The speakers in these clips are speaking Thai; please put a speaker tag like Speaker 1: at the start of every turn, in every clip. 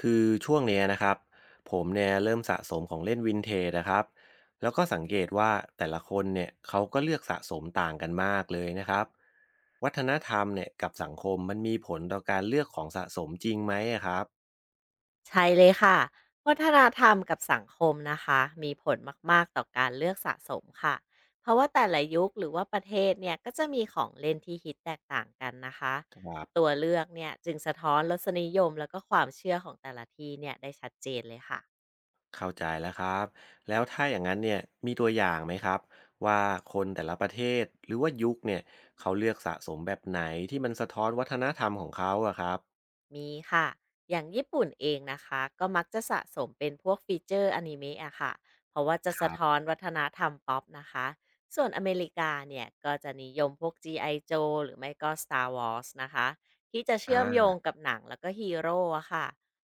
Speaker 1: คือช่วงเนี้ยนะครับผมเนี่ยเริ่มสะสมของเล่นวินเทจนะครับแล้วก็สังเกตว่าแต่ละคนเนี่ยเขาก็เลือกสะสมต่างกันมากเลยนะครับวัฒนธรรมเนี่ยกับสังคมมันมีผลต่อการเลือกของสะสมจริงไหมอะครับ
Speaker 2: ใช่เลยค่ะวัฒนธรรมกับสังคมนะคะ มีผลมากๆต่อการเลือกสะสมค่ะ เพราะว่าแต่ละยุคหรือว่าประเทศเนี่ยก็จะมีของเล่นที่ฮิตแตกต่างกันนะคะ
Speaker 1: ครับ
Speaker 2: ตัวเลือกเนี่ยจึงสะท้อนรสนิยมแล้วก็ความเชื่อของแต่ละที่เนี่ยได้ชัดเจนเลยค่ะ
Speaker 1: เข้าใจแล้วครับแล้วถ้าอย่างนั้นเนี่ยมีตัวอย่างไหมครับว่าคนแต่ละประเทศหรือว่ายุคเนี่ยเขาเลือกสะสมแบบไหนที่มันสะท้อนวัฒนธรรมของเขาอะครับ
Speaker 2: มีค่ะ อย่างญี่ปุ่นเองนะคะก็มักจะสะสมเป็นพวกฟีเจอร์อนิเมะอะค่ะ เพราะว่าจะ
Speaker 1: ค
Speaker 2: สะ
Speaker 1: รั
Speaker 2: ท้อน
Speaker 1: บ
Speaker 2: วัฒนธรรมป๊อปนะคะ ส่วนอเมริกาเนี่ยก็จะนิยมพวก G.I. Joe หรือไม่ก็ Star Wars นะคะที่จะ
Speaker 1: อ่
Speaker 2: เชื่อมโยง
Speaker 1: า
Speaker 2: กับหนังแล้วก็ฮีโร่อะค่ะ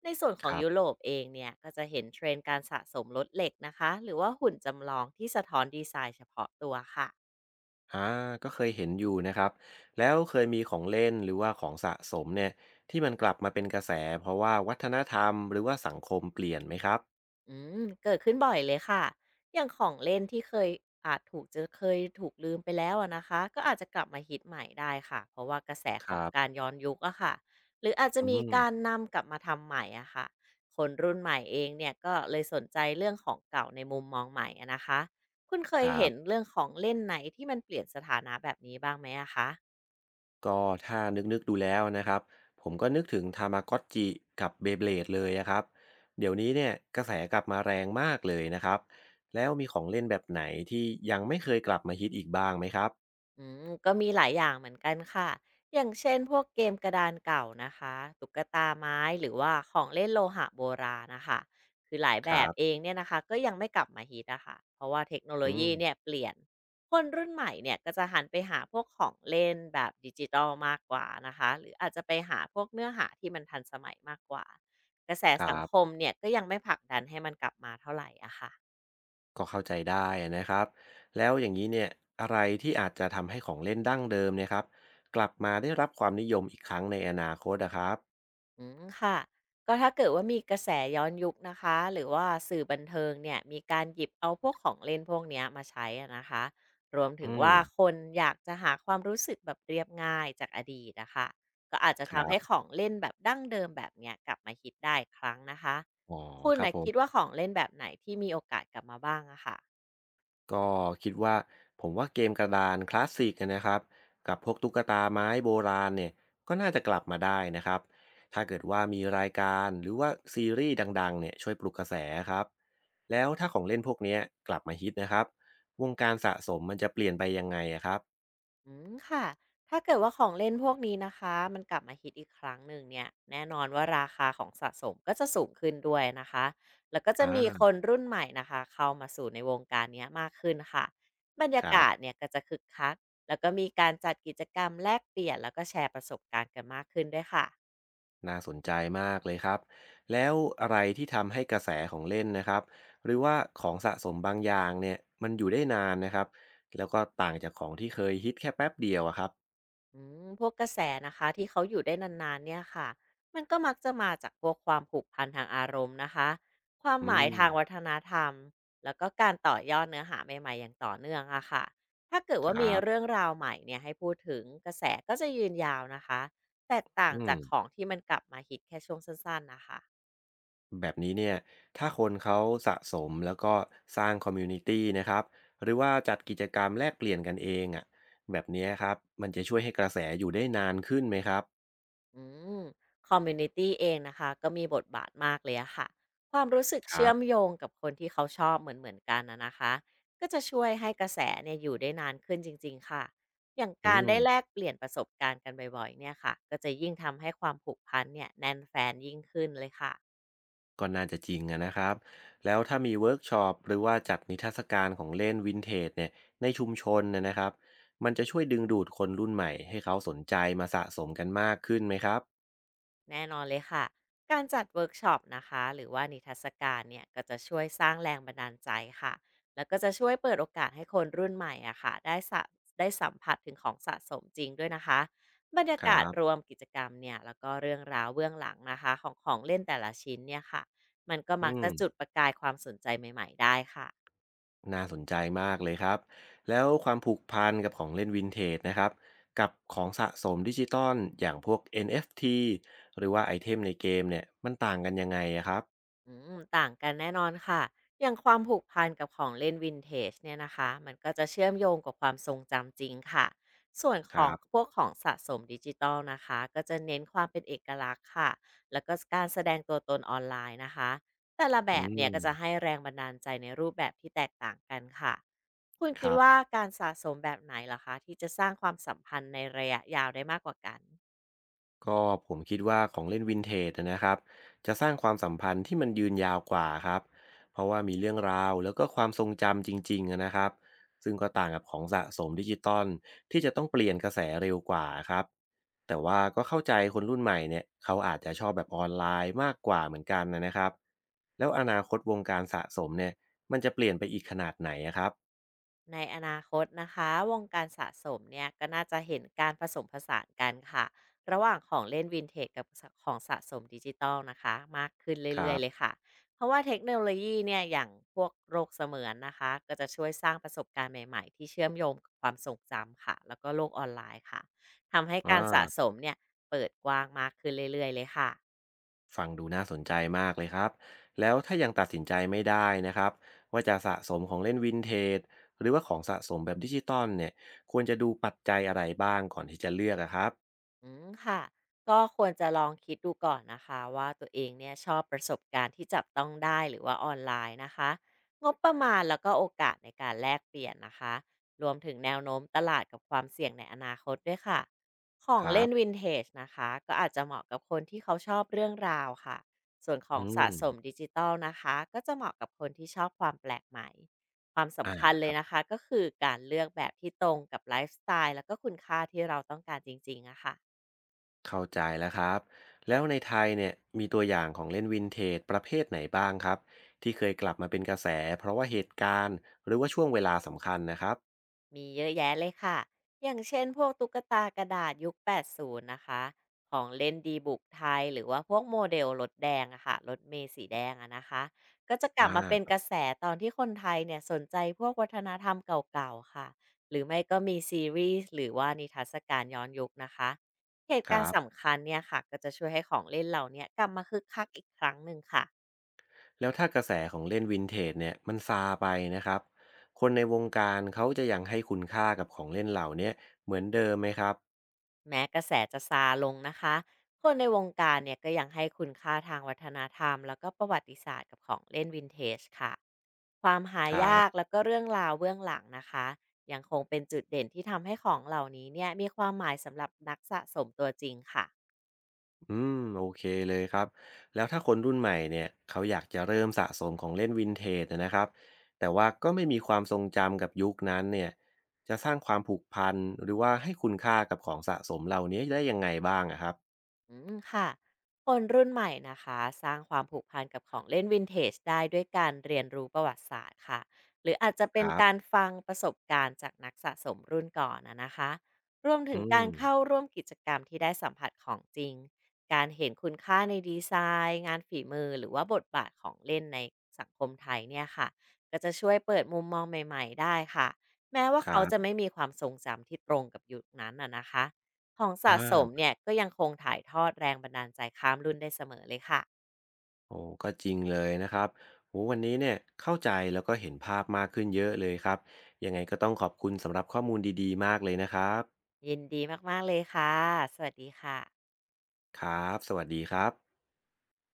Speaker 2: ในส่วนขอ
Speaker 1: ค
Speaker 2: ง
Speaker 1: รั
Speaker 2: ยุ
Speaker 1: บ
Speaker 2: โรปเองเนี่ยก็จะเห็นเทรนด์การสะสมรถเหล็กนะคะหรือว่าหุ่นจำลองที่สะท้อนดีไซน์เฉพาะตัวค่ะ
Speaker 1: อ่าก็เคยเห็นอยู่นะครับแล้วเคยมีของเล่นหรือว่าของสะสมเนี่ยที่มันกลับมาเป็นกระแสเพราะว่าวัฒนธรรมหรือว่าสังคมเปลี่ยนไหมครับ
Speaker 2: อืมเกิดขึ้นบ่อยเลยค่ะอย่างของเล่นที่เคยอาจถูกจะเคยถูกลืมไปแล้วอะนะคะก็อาจจะกลับมาฮิตใหม่ได้ค่ะเพราะว่ากระแส
Speaker 1: ค
Speaker 2: ของ
Speaker 1: รับ
Speaker 2: การย้อนยุคอะค่ะหรืออาจจะ
Speaker 1: อื
Speaker 2: มี
Speaker 1: ม
Speaker 2: การนำกลับมาทำใหม่อะค่ะคนรุ่นใหม่เองเนี่ยก็เลยสนใจเรื่องของเก่าในมุมมองใหม่อะนะคะคุณเค
Speaker 1: ค
Speaker 2: ย
Speaker 1: รั
Speaker 2: เห็น
Speaker 1: บ
Speaker 2: เรื่องของเล่นไหนที่มันเปลี่ยนสถานะแบบนี้บ้างไหมอะคะ
Speaker 1: ก็ถ้านึกๆดูแล้วนะครับผมก็นึกถึงทามากอ tch กับ Beyblade เบลดเลยนะครับเดี๋ยวนี้เนี่ยกระแสกลับมาแรงมากเลยนะครับแล้วมีของเล่นแบบไหนที่ยังไม่เคยกลับมาฮิตอีกบ้างไหมครับ
Speaker 2: อืมก็มีหลายอย่างเหมือนกันค่ะอย่างเช่นพวกเกมกระดานเก่านะคะ ตุ๊กตาไม้หรือว่าของเล่นโลหะโบราณนะคะ คือหลาย
Speaker 1: ค
Speaker 2: แบ
Speaker 1: รั
Speaker 2: บเอ
Speaker 1: บ
Speaker 2: งเนี่ยนะคะก็ยังไม่กลับมาฮิตอะค่ะเพราะว่าเทคโนโล
Speaker 1: อื
Speaker 2: ยีเนี่ย
Speaker 1: ม
Speaker 2: เปลี่ยน คนรุ่นใหม่เนี่ยก็จะหันไปหาพวกของเล่นแบบดิจิตอลมากกว่านะคะหรืออาจจะไปหาพวกเนื้อหาที่มันทันสมัยมากกว่ากระแส
Speaker 1: ครั
Speaker 2: สังคม
Speaker 1: บ
Speaker 2: เนี่ยก็ยังไม่ผลักดันให้มันกลับมาเท่าไหร่อะค่ะ
Speaker 1: ก็เข้าใจได้นะครับแล้วอย่างนี้เนี่ยอะไรที่อาจจะทำให้ของเล่นดั้งเดิมเนี่ยครับกลับมาได้รับความนิยมอีกครั้งในอนาคตนะครับ
Speaker 2: อืมค่ะก็ถ้าเกิดว่ามีกระแสย้อนยุคนะคะหรือว่าสื่อบันเทิงเนี่ยมีการหยิบเอาพวกของเล่นพวกเนี้ยมาใช้อะนะคะรวม
Speaker 1: อื
Speaker 2: ถึง
Speaker 1: ม
Speaker 2: ว่าคนอยากจะหาความรู้สึกแบบเรียบง่ายจากอดีตอะคะก็อาจจะ
Speaker 1: ครั
Speaker 2: ทำให้ข
Speaker 1: บ
Speaker 2: องเล่นแบบดั้งเดิมแบบเนี้ยกลับมาฮิตได้อีกครั้งนะคะ
Speaker 1: อ๋อ
Speaker 2: คุณ
Speaker 1: ครับ
Speaker 2: นะ
Speaker 1: ผ
Speaker 2: คิดว่า
Speaker 1: ม
Speaker 2: ของเล่นแบบไหนที่มีโอกาสกลับมาบ้างอะค่ะ
Speaker 1: ก็คิดว่าผมว่าเกมกระดานคลาสสิกอะนะครับกับพวกตุ๊กตาไม้โบราณเนี่ยก็น่าจะกลับมาได้นะครับถ้าเกิดว่ามีรายการหรือว่าซีรีส์ดังๆเนี่ยช่วยปลุกกระแสครับแล้วถ้าของเล่นพวกเนี้ยกลับมาฮิตนะครับวงการสะสมมันจะเปลี่ยนไปยังไงอะครับ
Speaker 2: อืมค่ะถ้าเกิดว่าของเล่นพวกนี้นะคะมันกลับมาฮิตอีกครั้งหนึ่งเนี่ยแน่นอนว่าราคาของสะสมก็จะสูงขึ้นด้วยนะคะแล้วก็จะมีค
Speaker 1: อ่า
Speaker 2: นรุ่นใหม่นะคะเข้ามาสู่ในวงการเนี้ยมากขึ้นค่ะบรรยา
Speaker 1: ครับ
Speaker 2: กาศเนี่ยก็จะคึกคักแล้วก็มีการจัดกิจกรรมแลกเปลี่ยนแล้วก็แชร์ประสบการณ์กันมากขึ้นด้วยค่ะ
Speaker 1: น่าสนใจมากเลยครับแล้วอะไรที่ทำให้กระแสของเล่นนะครับหรือว่าของสะสมบางอย่างเนี่ยมันอยู่ได้นานนะครับแล้วก็ต่างจากของที่เคยฮิตแค่แป๊บเดียวอะครับ
Speaker 2: อืมพวกกระแสนะคะที่เขาอยู่ได้นานๆเนี่ยค่ะมันก็มักจะมาจากพวกความผูกพันทางอารมณ์นะคะความห
Speaker 1: อื
Speaker 2: มาย
Speaker 1: ม
Speaker 2: ทางวัฒนธรรมแล้วก็การต่อยอดเนื้อหาใหม่ๆอย่างต่อเนื่องอะค่ะถ้าเกิด
Speaker 1: ค
Speaker 2: ว่า
Speaker 1: รั
Speaker 2: มีเรื่
Speaker 1: บ
Speaker 2: องราวใหม่เนี่ยให้พูดถึงกระแสก็จะยืนยาวนะคะแตกต่าง
Speaker 1: อืม
Speaker 2: จากของที่มันกลับมาฮิตแค่ช่วงสั้นๆนะคะ
Speaker 1: แบบนี้เนี่ยถ้าคนเขาสะสมแล้วก็สร้างคอมมูนิตี้นะครับหรือว่าจัดกิจกรรมแลกเปลี่ยนกันเองอ่ะแบบเนี้ยครับมันจะช่วยให้กระแสอยู่ได้นานขึ้นไหมครับ
Speaker 2: อืมคอมมูนิตีเองนะคะก็มีบทบาทมากเลยอะค่ะความรู้สึก
Speaker 1: ครั
Speaker 2: เชื่อ
Speaker 1: บ
Speaker 2: มโยงกับคนที่เขาชอบเหมือนๆกันนะคะก็จะช่วยให้กระแสเนี่ยอยู่ได้นานขึ้นจริงๆค่ะอย่าง
Speaker 1: อื
Speaker 2: การได้
Speaker 1: ม
Speaker 2: แลกเปลี่ยนประสบการณ์กันบ่อยๆเนี่ยค่ะก็จะยิ่งทำให้ความผูกพันเนี่ยแน่นแฟนยิ่งขึ้นเลยค่ะ
Speaker 1: ก็น่าจะจริงอะนะครับแล้วถ้ามีเวิร์กช็อปหรือว่าจัดนิทรรศการของเล่นวินเทจเนี่ยในชุมชนนะนะครับมันจะช่วยดึงดูดคนรุ่นใหม่ให้เขาสนใจมาสะสมกันมากขึ้นไหมครับ
Speaker 2: แน่นอนเลยค่ะการจัดเวิร์กช็อปนะคะหรือว่านิทรรศการเนี่ยก็จะช่วยสร้างแรงบันดาลใจค่ะ แล้วก็จะช่วยเปิดโอกาสให้คนรุ่นใหม่อะค่ะได้สัมผัสถึงของสะสมจริงด้วยนะคะ บรรยา
Speaker 1: ครั
Speaker 2: กาศรวม
Speaker 1: บ
Speaker 2: กิจกรรมเนี่ยแล้วก็เรื่องราวเบื้องหลังนะคะของของเล่นแต่ละชิ้นเนี่ยค่ะมันก็
Speaker 1: อื
Speaker 2: มัก
Speaker 1: ม
Speaker 2: จะจุดประกายความสนใจใหม่ๆได้ค่ะ
Speaker 1: น่าสนใจมากเลยครับแล้วความผูกพันกับของเล่นวินเทจนะครับกับของสะสมดิจิตอลอย่างพวก NFT หรือว่าไอเทมในเกมเนี่ยมันต่างกันยังไงอะครับ
Speaker 2: อืมต่างกันแน่นอนค่ะอย่างความผูกพันกับของเล่นวินเทจเนี่ยนะคะมันก็จะเชื่อมโยงกับความทรงจำจริงค่ะส่วนข
Speaker 1: ค
Speaker 2: อ
Speaker 1: รั
Speaker 2: ง
Speaker 1: บ
Speaker 2: พวกของสะสมดิจิตอลนะคะก็จะเน้นความเป็นเอกลักษณ์ค่ะแล้วก็การแสดงตัวตนออนไลน์นะคะแต่ละแบ
Speaker 1: อื
Speaker 2: บเนี่
Speaker 1: ม
Speaker 2: ยก็จะให้แรงบันดาลใจในรูปแบบที่แตกต่างกันค่ะ คุณ
Speaker 1: ค
Speaker 2: คิด
Speaker 1: รั
Speaker 2: ว่า
Speaker 1: บ
Speaker 2: การสะสมแบบไหนล่ะคะที่จะสร้างความสัมพันธ์ในระยะยาวได้มากกว่ากัน
Speaker 1: ก็ผมคิดว่าของเล่นวินเทจนะครับจะสร้างความสัมพันธ์ที่มันยืนยาวกว่าครับเพราะว่ามีเรื่องราวแล้วก็ความทรงจำจริงๆนะครับซึ่งก็ต่างกับของสะสมดิจิตอลที่จะต้องเปลี่ยนกระแสเร็วกว่าครับแต่ว่าก็เข้าใจคนรุ่นใหม่เนี่ยเขาอาจจะชอบแบบออนไลน์มากกว่าเหมือนกันนะครับแล้วอนาคตวงการสะสมเนี่ยมันจะเปลี่ยนไปอีกขนาดไหนอะครับ
Speaker 2: ในอนาคตนะคะวงการสะสมเนี่ยก็น่าจะเห็นการผสมผสานกันค่ะระหว่างของเล่นวินเทจกับของสะสมดิจิตอลนะคะมากขึ้น
Speaker 1: ครั
Speaker 2: เรื่อยๆเลย
Speaker 1: บ
Speaker 2: ค่ะเพราะว่าเทคโนโลยีเนี่ยอย่างพวกโรคเสมือนนะคะก็จะช่วยสร้างประสบการณ์ใหม่ๆที่เชื่อมโยงกับความทรงจำค่ะแล้วก็โลกออนไลน์ค่ะทำให้
Speaker 1: อ่
Speaker 2: การสะส
Speaker 1: า
Speaker 2: มเนี่ยเปิดกว้างมากขึ้นเรื่อยๆเลยค่ะ
Speaker 1: ฟังดูน่าสนใจมากเลยครับแล้วถ้ายังตัดสินใจไม่ได้นะครับว่าจะสะสมของเล่นวินเทจหรือว่าของสะสมแบบดิจิตอลเนี่ยควรจะดูปัจจัยอะไรบ้างก่อนที่จะเลือกอะครับ
Speaker 2: อืมค่ะก็ควรจะลองคิดดูก่อนนะคะว่าตัวเองเนี่ยชอบประสบการณ์ที่จับต้องได้หรือว่าออนไลน์นะคะงบประมาณแล้วก็โอกาสในการแลกเปลี่ยนนะคะรวมถึงแนวโน้มตลาดกับความเสี่ยงในอนาคตด้วยค่ะของ
Speaker 1: ครั
Speaker 2: เล่
Speaker 1: บ
Speaker 2: นวินเทจนะคะก็อาจจะเหมาะกับคนที่เขาชอบเรื่องราวค่ะส่วนขอ
Speaker 1: อื
Speaker 2: งสะ
Speaker 1: ม
Speaker 2: สมดิจิตอลนะคะก็จะเหมาะกับคนที่ชอบความแปลกใหม่ความ
Speaker 1: อ่า
Speaker 2: สำคัญเล
Speaker 1: ค
Speaker 2: ย
Speaker 1: รับ
Speaker 2: นะคะก็คือการเลือกแบบที่ตรงกับไลฟ์สไตล์แล้วก็คุณค่าที่เราต้องการจริงๆอะค่ะ
Speaker 1: เข้าใจแล้วครับแล้วในไทยเนี่ยมีตัวอย่างของเล่นวินเทจประเภทไหนบ้างครับที่เคยกลับมาเป็นกระแสเพราะว่าเหตุการณ์หรือว่าช่วงเวลาสำคัญนะครับ
Speaker 2: มีเยอะแยะเลยค่ะ อย่างเช่นพวกตุ๊กตากระดาษยุค 80 นะคะ ของเล่นดีบุกไทยหรือว่าพวกโมเดลรถแดงอะค่ะรถเมล์สีแดงอะนะคะ ก็จะก
Speaker 1: อ่
Speaker 2: ลับมาเป็นก
Speaker 1: า
Speaker 2: ระแสตอนที่คนไทยเนี่ยสนใจพวกวัฒนธรรมเก่าๆค่ะ หรือไม่ก็มีซีรีส์หรือว่านิทรรศการย้อนยุคนะคะเหตุ
Speaker 1: ค
Speaker 2: การ
Speaker 1: รั
Speaker 2: ณ์
Speaker 1: บ
Speaker 2: สำคัญเนี่ยค่ะ ก็จะช่วยให้ของเล่นเหล่าเนี้ยกลับมาคึกคักอีกครั้งหนึ่งค่ะ
Speaker 1: แล้วถ้ากระแสของเล่นวินเทจเนี่ยมันซาไปนะครับคนในวงการเขาจะยังให้คุณค่ากับของเล่นเหล่าเนี้ยเหมือนเดิมไหมครับ
Speaker 2: แม้กระแสจะซาลงนะคะ คนในวงการเนี่ยก็ยังให้คุณค่าทางวัฒนธรรมแล้วก็ประวัติศาสตร์กับของเล่นวินเทจค่ะ ความหา
Speaker 1: ครั
Speaker 2: ยาก
Speaker 1: บ
Speaker 2: แล้วก็เรื่องราวเบื้องหลังนะคะยังคงเป็นจุดเด่นที่ทำให้ของเหล่านี้เนี่ยมีความหมายสำหรับนักสะสมตัวจริงค่ะ
Speaker 1: อืมโอเคเลยครับแล้วถ้าคนรุ่นใหม่เนี่ยเขาอยากจะเริ่มสะสมของเล่นวินเทจนะครับแต่ว่าก็ไม่มีความทรงจำกับยุคนั้นเนี่ยจะสร้างความผูกพันหรือว่าให้คุณค่ากับของสะสมเหล่านี้ได้ยังไงบ้างอะครับ
Speaker 2: อืมค่ะคนรุ่นใหม่นะคะสร้างความผูกพันกับของเล่นวินเทจได้ด้วยการเรียนรู้ประวัติศาสตร์ค่ะหรืออาจจะ
Speaker 1: ค
Speaker 2: เป็น
Speaker 1: รับ
Speaker 2: การฟังประสบการณ์จากนักสะสมรุ่นก่อนนะคะรวมถึง
Speaker 1: อื
Speaker 2: การ
Speaker 1: ม
Speaker 2: เข้าร่วมกิจกรรมที่ได้สัมผัสของจริงการเห็นคุณค่าในดีไซน์งานฝีมือหรือว่าบทบาทของเล่นในสังคมไทยเนี่ยค่ะก็จะช่วยเปิดมุมมองใหม่ๆได้ค่ะแม้ว่า
Speaker 1: ครั
Speaker 2: เขาจะ
Speaker 1: บ
Speaker 2: ไม่มีความทรงจำที่ตรงกับยุคนั้นนะคะ ของ
Speaker 1: อ่
Speaker 2: สะสม
Speaker 1: า
Speaker 2: เนี่ยก็ยังคงถ่ายทอดแรงบันดาลใจข้ามรุ่นได้เสมอเลยค่ะ
Speaker 1: โอ้ก็จริงเลยนะครับโอ้วันนี้เนี่ยเข้าใจแล้วก็เห็นภาพมากขึ้นเยอะเลยครับยังไงก็ต้องขอบคุณสำหรับข้อมูลดีๆมากเลยนะครับ
Speaker 2: ยินดีมากๆเลยค่ะสวัสดีค่ะ
Speaker 1: ครับสวัสดีครับ